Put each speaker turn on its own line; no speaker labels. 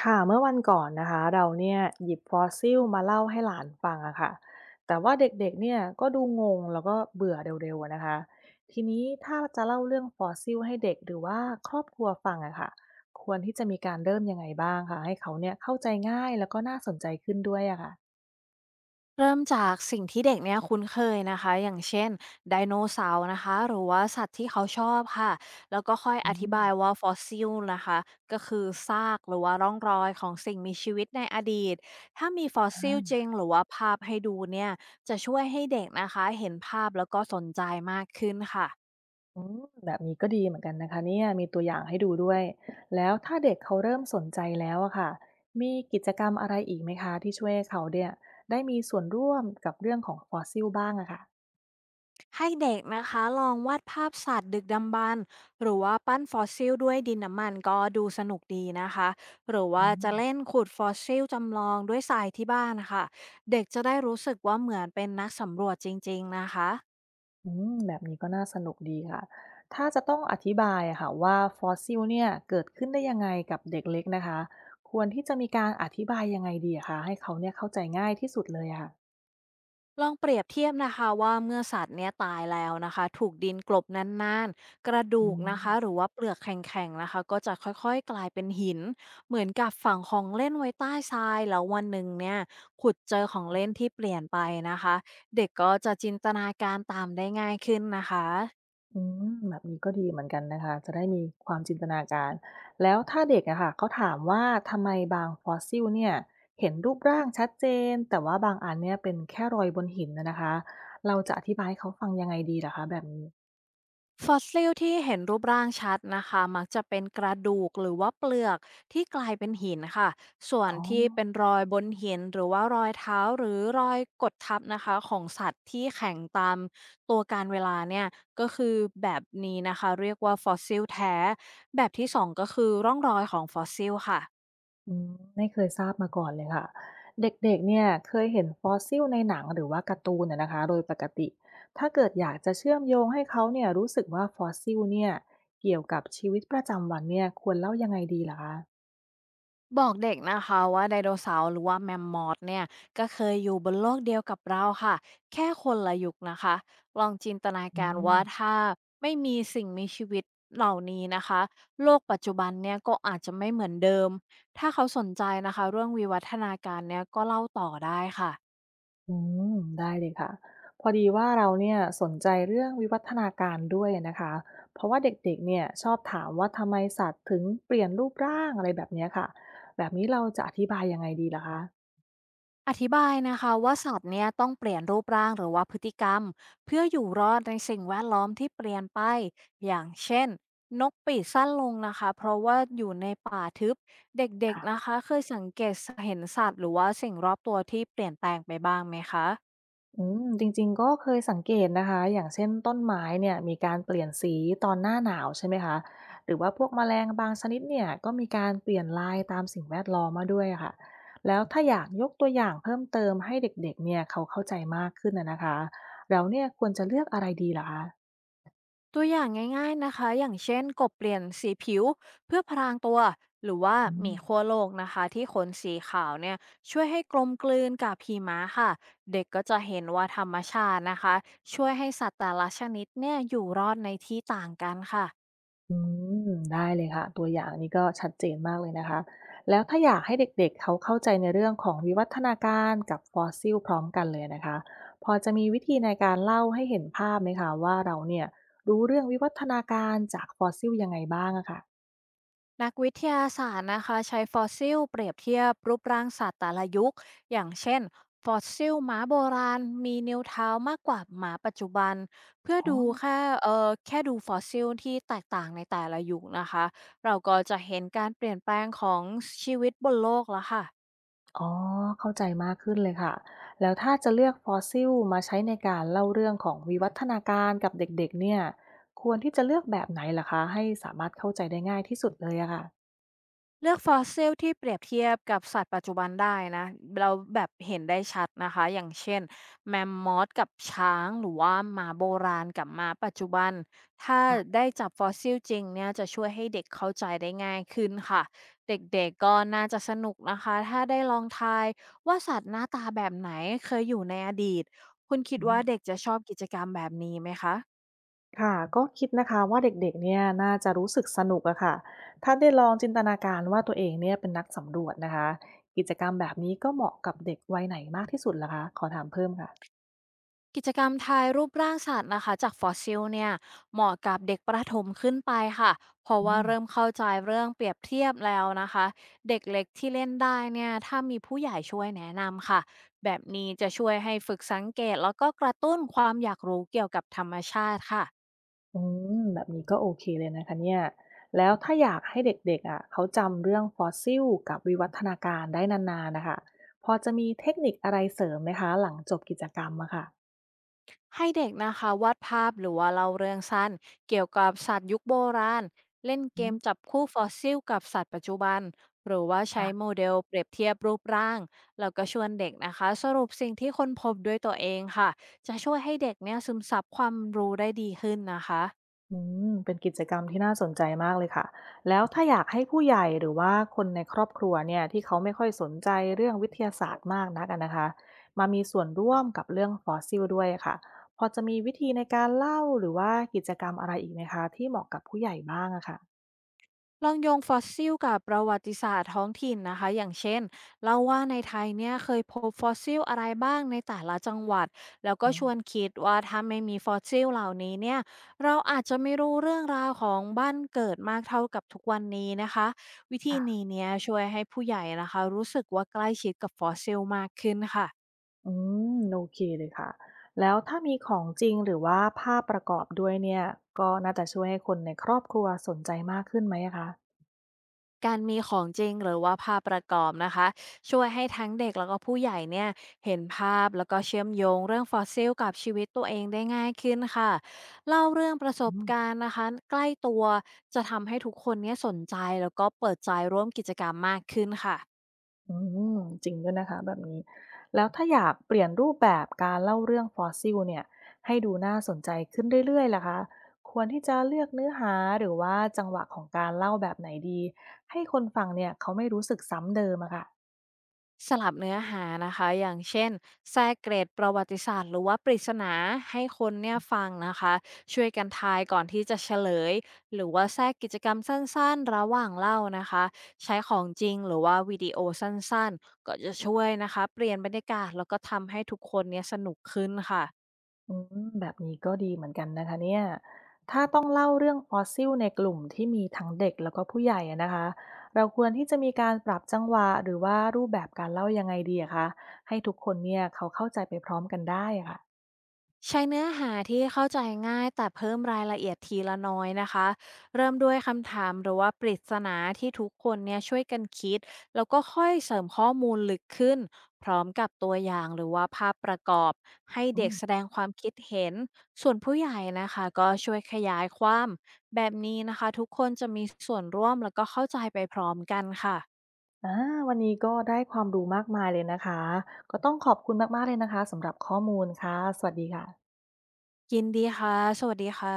ค่ะเมื่อวันก่อนนะคะเราเนี่ยหยิบฟอสซิลมาเล่าให้หลานฟังอะค่ะแต่ว่าเด็กๆเนี่ยก็ดูงงแล้วก็เบื่อเร็วๆอะนะคะทีนี้ถ้าจะเล่าเรื่องฟอสซิลให้เด็กหรือว่าครอบครัวฟังอะค่ะควรที่จะมีการเริ่มยังไงบ้างคะให้เขาเนี่ยเข้าใจง่ายแล้วก็น่าสนใจขึ้นด้วยอะค่ะ
เริ่มจากสิ่งที่เด็กเนี่ยคุ้นเคยนะคะอย่างเช่นไดโนเสาร์นะคะหรือว่าสัตว์ที่เขาชอบค่ะแล้วก็ค่อย
อื
อธิ
ม
บายว่าฟอสซิลนะคะก็คือซากหรือว่าร่องรอยของสิ่งมีชีวิตในอดีตถ้ามีฟอสซิลจริงหรือว่าภาพให้ดูเนี่ยจะช่วยให้เด็กนะคะเห็นภาพแล้วก็สนใจมากขึ้นค่ะ
อืมแบบนี้ก็ดีเหมือนกันนะคะเนี่ยมีตัวอย่างให้ดูด้วยแล้วถ้าเด็กเขาเริ่มสนใจแล้วอะค่ะมีกิจกรรมอะไรอีกไหมคะที่ช่วยให้เขาเนี่ยได้มีส่วนร่วมกับเรื่องของฟอสซิลบ้างอะค่ะ
ให้เด็กนะคะลองวาดภาพสัตว์ดึกดำบรรพ์หรือว่าปั้นฟอสซิลด้วยดินน้ำมันก็ดูสนุกดีนะคะหรือว่า
อื
จะ
ม
เล่นขุดฟอสซิลจำลองด้วยทรายที่บ้านนะคะเด็กจะได้รู้สึกว่าเหมือนเป็นนักสำรวจจริงๆนะคะ
อืมแบบนี้ก็น่าสนุกดีค่ะถ้าจะต้องอธิบายอะค่ะว่าฟอสซิลเนี่ยเกิดขึ้นได้ยังไงกับเด็กเล็กนะคะควรที่จะมีการอธิบายยังไงดีอะคะให้เขาเนี่ยเข้าใจง่ายที่สุดเลยอะค่ะ
ลองเปรียบเทียบนะคะว่าเมื่อสัตว์เนี้ยตายแล้วนะคะถูกดินกลบนานๆกระ
อื
ดูก
ม
นะคะหรือว่าเปลือกแข็งๆนะคะก็จะค่อยๆกลายเป็นหินเหมือนกับฝังของเล่นไว้ใต้ทรายแล้ววันหนึ่งเนี่ยขุดเจอของเล่นที่เปลี่ยนไปนะคะเด็กก็จะจินตนาการตามได้ง่ายขึ้นนะคะ
อืมแบบนี้ก็ดีเหมือนกันนะคะจะได้มีความจินตนาการแล้วถ้าเด็กอะค่ะเขาถามว่าทำไมบางฟอสซิลเนี่ยเห็นรูปร่างชัดเจนแต่ว่าบางอันเนี่ยเป็นแค่รอยบนหินนะนะคะเราจะอธิบายให้เขาฟังยังไงดีล่ะคะแบบนี้
ฟอสซิลที่เห็นรูปร่างชัดนะคะมักจะเป็นกระดูกหรือว่าเปลือกที่กลายเป็นหินค่ะส่วน
อ๋อ
ที่เป็นรอยบนหินหรือว่ารอยเท้าหรือรอยกดทับนะคะของสัตว์ที่แข็งตามตัวการเวลาเนี่ยก็คือแบบนี้นะคะเรียกว่าฟอสซิลแท้แบบที่สองก็คือร่องรอยของฟอสซิลค่ะ
อืมไม่เคยทราบมาก่อนเลยค่ะเด็กๆเนี่ยเคยเห็นฟอสซิลในหนังหรือว่าการ์ตูนนะนะคะโดยปกติถ้าเกิดอยากจะเชื่อมโยงให้เขาเนี่ยรู้สึกว่าฟอสซิลเนี่ยเกี่ยวกับชีวิตประจำวันเนี่ยควรเล่ายังไงดีล่ะคะ
บอกเด็กนะคะว่าไดโนเสาร์หรือว่าแมมมอธเนี่ยก็เคยอยู่บนโลกเดียวกับเราค่ะแค่คนละยุคนะคะลองจินตนา
อื
การ
ม
ว่าถ้าไม่มีสิ่งมีชีวิตเหล่านี้นะคะโลกปัจจุบันเนี่ยก็อาจจะไม่เหมือนเดิมถ้าเขาสนใจนะคะเรื่องวิวัฒนาการเนี่ยก็เล่าต่อได้ค่ะ
อืมได้เลยค่ะพอดีว่าเราเนี่ยสนใจเรื่องวิวัฒนาการด้วยนะคะเพราะว่าเด็กๆเนี่ยชอบถามว่าทำไมสัตว์ถึงเปลี่ยนรูปร่างอะไรแบบเนี้ยค่ะแบบนี้เราจะอธิบายยังไงดีล่ะคะ
อธิบายนะคะว่าสัตว์เนี่ยต้องเปลี่ยนรูปร่างหรือว่าพฤติกรรมเพื่ออยู่รอดในสิ่งแวดล้อมที่เปลี่ยนไปอย่างเช่นนกปีกสั้นลงนะคะเพราะว่าอยู่ในป่าทึบเด็กๆนะ
ค่ะ
คะเคยสังเกตเห็นสัตว์หรือว่าสิ่งรอบตัวที่เปลี่ยนแปลงไปบ้างไหมคะ
อืมจริงๆก็เคยสังเกตนะคะอย่างเช่นต้นไม้เนี่ยมีการเปลี่ยนสีตอนหน้าหนาวใช่ไหมคะหรือว่าพวกแมลงบางชนิดเนี่ยก็มีการเปลี่ยนลายตามสิ่งแวดล้อมมาด้วยอะค่ะแล้วถ้าอยากยกตัวอย่างเพิ่มเติมให้เด็กๆเนี่ยเขาเข้าใจมากขึ้นนะนะคะแล้วเนี่ยควรจะเลือกอะไรดีล่ะคะ
ตัวอย่างง่ายๆนะคะอย่างเช่นกบเปลี่ยนสีผิวเพื่อพรางตัว หรือว่า
อื
หมี
ม
ขั้วโลกนะคะที่ขนสีขาวเนี่ยช่วยให้กลมกลืนกับหิมะค่ะเด็กก็จะเห็นว่าธรรมชาตินะคะช่วยให้สัตว์แต่ละชนิดเนี่ยอยู่รอดในที่ต่างกันค่ะ
อืมได้เลยค่ะตัวอย่างนี้ก็ชัดเจนมากเลยนะคะแล้วถ้าอยากให้เด็กๆเขาเข้าใจในเรื่องของวิวัฒนาการกับฟอสซิลพร้อมกันเลยนะคะพอจะมีวิธีในการเล่าให้เห็นภาพไหมคะว่าเราเนี่ยรู้เรื่องวิวัฒนาการจากฟอสซิลยังไงบ้างอะค่ะ
นักวิทยาศาสตร์นะคะใช้ฟอสซิลเปรียบเทียบรูปร่างสัตว์แต่ละยุคอย่างเช่นฟอสซิลหมาโบราณมีนิ้วเท้ามากกว่าหมาปัจจุบันเพื่อ
อ๋อ
ดูแค่เออแค่ดูฟอสซิลที่แตกต่างในแต่ละยุคนะคะเราก็จะเห็นการเปลี่ยนแปลงของชีวิตบนโลกแล้วค่ะ
อ๋อเข้าใจมากขึ้นเลยค่ะแล้วถ้าจะเลือกฟอสซิลมาใช้ในการเล่าเรื่องของวิวัฒนาการกับเด็กๆเนี่ยควรที่จะเลือกแบบไหนล่ะคะให้สามารถเข้าใจได้ง่ายที่สุดเลยอะค่ะ
เลือกฟอสซิลที่เปรียบเทียบกับสัตว์ปัจจุบันได้นะเราแบบเห็นได้ชัดนะคะอย่างเช่นแมมมอสกับช้างหรือว่าหมาโบราณกับหมาปัจจุบันถ้า
ค่ะ
ได้จับฟอสซิลจริงเนี่ยจะช่วยให้เด็กเข้าใจได้ง่ายขึ้นค่ะเด็กๆก็น่าจะสนุกนะคะถ้าได้ลองทายว่าสัตว์หน้าตาแบบไหนเคยอยู่ในอดีตคุณคิดว่าเด็ก
อ
จะชอบกิจกรรมแบบนี้ไหมคะ
ค่ะก็คิดนะคะว่าเด็กๆเนี่ยน่าจะรู้สึกสนุกอะค่ะถ้าได้ลองจินตนาการว่าตัวเองเนี่ยเป็นนักสำรวจนะคะกิจกรรมแบบนี้ก็เหมาะกับเด็กวัยไหนมากที่สุดล่ะคะขอถามเพิ่มค่ะ
กิจกรรมทายรูปร่างสัตว์นะคะจากฟอสซิลเนี่ยเหมาะกับเด็กประถมขึ้นไปค่ะเพราะ
อื
ว่า
ม
เริ่มเข้าใจเรื่องเปรียบเทียบแล้วนะคะเด็กเล็กที่เล่นได้เนี่ยถ้ามีผู้ใหญ่ช่วยแนะนำค่ะแบบนี้จะช่วยให้ฝึกสังเกตแล้วก็กระตุ้นความอยากรู้เกี่ยวกับธรรมชาติค่ะ
อืมแบบนี้ก็โอเคเลยนะคะเนี่ยแล้วถ้าอยากให้เด็กๆอ่ะเขาจำเรื่องฟอสซิลกับวิวัฒนาการได้นานๆนะคะพอจะมีเทคนิคอะไรเสริมไหมคะหลังจบกิจกรรมอะค่ะ
ให้เด็กนะคะวาดภาพหรือว่าเล่าเรื่องสั้นเกี่ยวกับสัตว์ยุคโบราณเล่นเก
อื
ม
ม
จับคู่ฟอสซิลกับสัตว์ปัจจุบันหรือว่าใช้โม
ค่ะ
เดลเปรียบเทียบรูปร่างแล้วก็ชวนเด็กนะคะสรุปสิ่งที่ค้นพบด้วยตัวเองค่ะจะช่วยให้เด็กเนี่ยซึมซับความรู้ได้ดีขึ้นนะคะ
อืมเป็นกิจกรรมที่น่าสนใจมากเลยค่ะแล้วถ้าอยากให้ผู้ใหญ่หรือว่าคนในครอบครัวเนี่ยที่เขาไม่ค่อยสนใจเรื่องวิทยาศาสตร์มากนักอะนะคะมามีส่วนร่วมกับเรื่องฟอสซิลด้วยค่ะพอจะมีวิธีในการเล่าหรือว่ากิจกรรมอะไรอีกไหมคะที่เหมาะกับผู้ใหญ่บ้างอะค่ะ
ลองโยงฟอสซิลกับประวัติศาสตร์ท้องถิ่นนะคะอย่างเช่นเล่าว่าในไทยเนี่ยเคยพบฟอสซิลอะไรบ้างในแต่ละจังหวัดแล้ว
อื
ก็ชวน
ม
คิดว่าถ้าไม่มีฟอสซิลเหล่านี้เนี่ยเราอาจจะไม่รู้เรื่องราวของบ้านเกิดมากเท่ากับทุกวันนี้นะคะวิธี
ค่ะ
นี้เนี่ยช่วยให้ผู้ใหญ่นะคะรู้สึกว่าใกล้ชิดกับฟอสซิลมากขึ้นค่ะ
อืมโอเคเลยค่ะแล้วถ้ามีของจริงหรือว่าภาพประกอบด้วยเนี่ยก็น่าจะช่วยให้คนในครอบครัวสนใจมากขึ้นไหมอะคะ
การมีของจริงหรือว่าภาพประกอบนะคะช่วยให้ทั้งเด็กแล้วก็ผู้ใหญ่เนี่ยเห็นภาพแล้วก็เชื่อมโยงเรื่องฟอสซิลกับชีวิตตัวเองได้ง่ายขึ้นค่ะเล่าเรื่องประส
อื
บ
ม
การณ์นะคะใกล้ตัวจะทำให้ทุกคนเนี่ยสนใจแล้วก็เปิดใจร่วมกิจกรรมมากขึ้นค่ะ
อืมจริงด้วยนะคะแบบนี้แล้วถ้าอยากเปลี่ยนรูปแบบการเล่าเรื่องฟอสซิลเนี่ยให้ดูน่าสนใจขึ้นเรื่อยๆล่ะคะควรที่จะเลือกเนื้อหาหรือว่าจังหวะของการเล่าแบบไหนดีให้คนฟังเนี่ยเขาไม่รู้สึกซ้ำเดิมอะค่ะ
สลับเนื้อหานะคะอย่างเช่นแทรกเกรดประวัติศาสตร์หรือว่าปริศนาให้คนเนี่ยฟังนะคะช่วยกันทายก่อนที่จะเฉลยหรือว่าแทรกกิจกรรมสั้นๆระหว่างเล่านะคะใช้ของจริงหรือว่าวิดีโอสั้นๆก็จะช่วยนะคะเปลี่ยนบรรยากาศแล้วก็ทำให้ทุกคนเนี่ยสนุกขึ้นค่ะ
อืมแบบนี้ก็ดีเหมือนกันนะคะเนี่ยถ้าต้องเล่าเรื่องฟอสซิลในกลุ่มที่มีทั้งเด็กแล้วก็ผู้ใหญ่อะนะคะเราควรที่จะมีการปรับจังหวะหรือว่ารูปแบบการเล่ายังไงดีอะคะให้ทุกคนเนี่ยเขาเข้าใจไปพร้อมกันได้อะค่ะ
ใช้เนื้อหาที่เข้าใจง่ายแต่เพิ่มรายละเอียดทีละน้อยนะคะเริ่มด้วยคำถามหรือว่าปริศนาที่ทุกคนเนี่ยช่วยกันคิดแล้วก็ค่อยเสริมข้อมูลลึกขึ้นพร้อมกับตัวอย่างหรือว่าภาพประกอบให้เด็กแสดงความคิดเห็นส่วนผู้ใหญ่นะคะก็ช่วยขยายความแบบนี้นะคะทุกคนจะมีส่วนร่วมแล้วก็เข้าใจไปพร้อมกันค่ะ
อาวันนี้ก็ได้ความรู้มากมายเลยนะคะ ก็ต้องขอบคุณมากๆเลยนะคะสำหรับข้อมูลค่ะ สวัสดีค่ะ
ยินดีค่ะสวัสดีค่ะ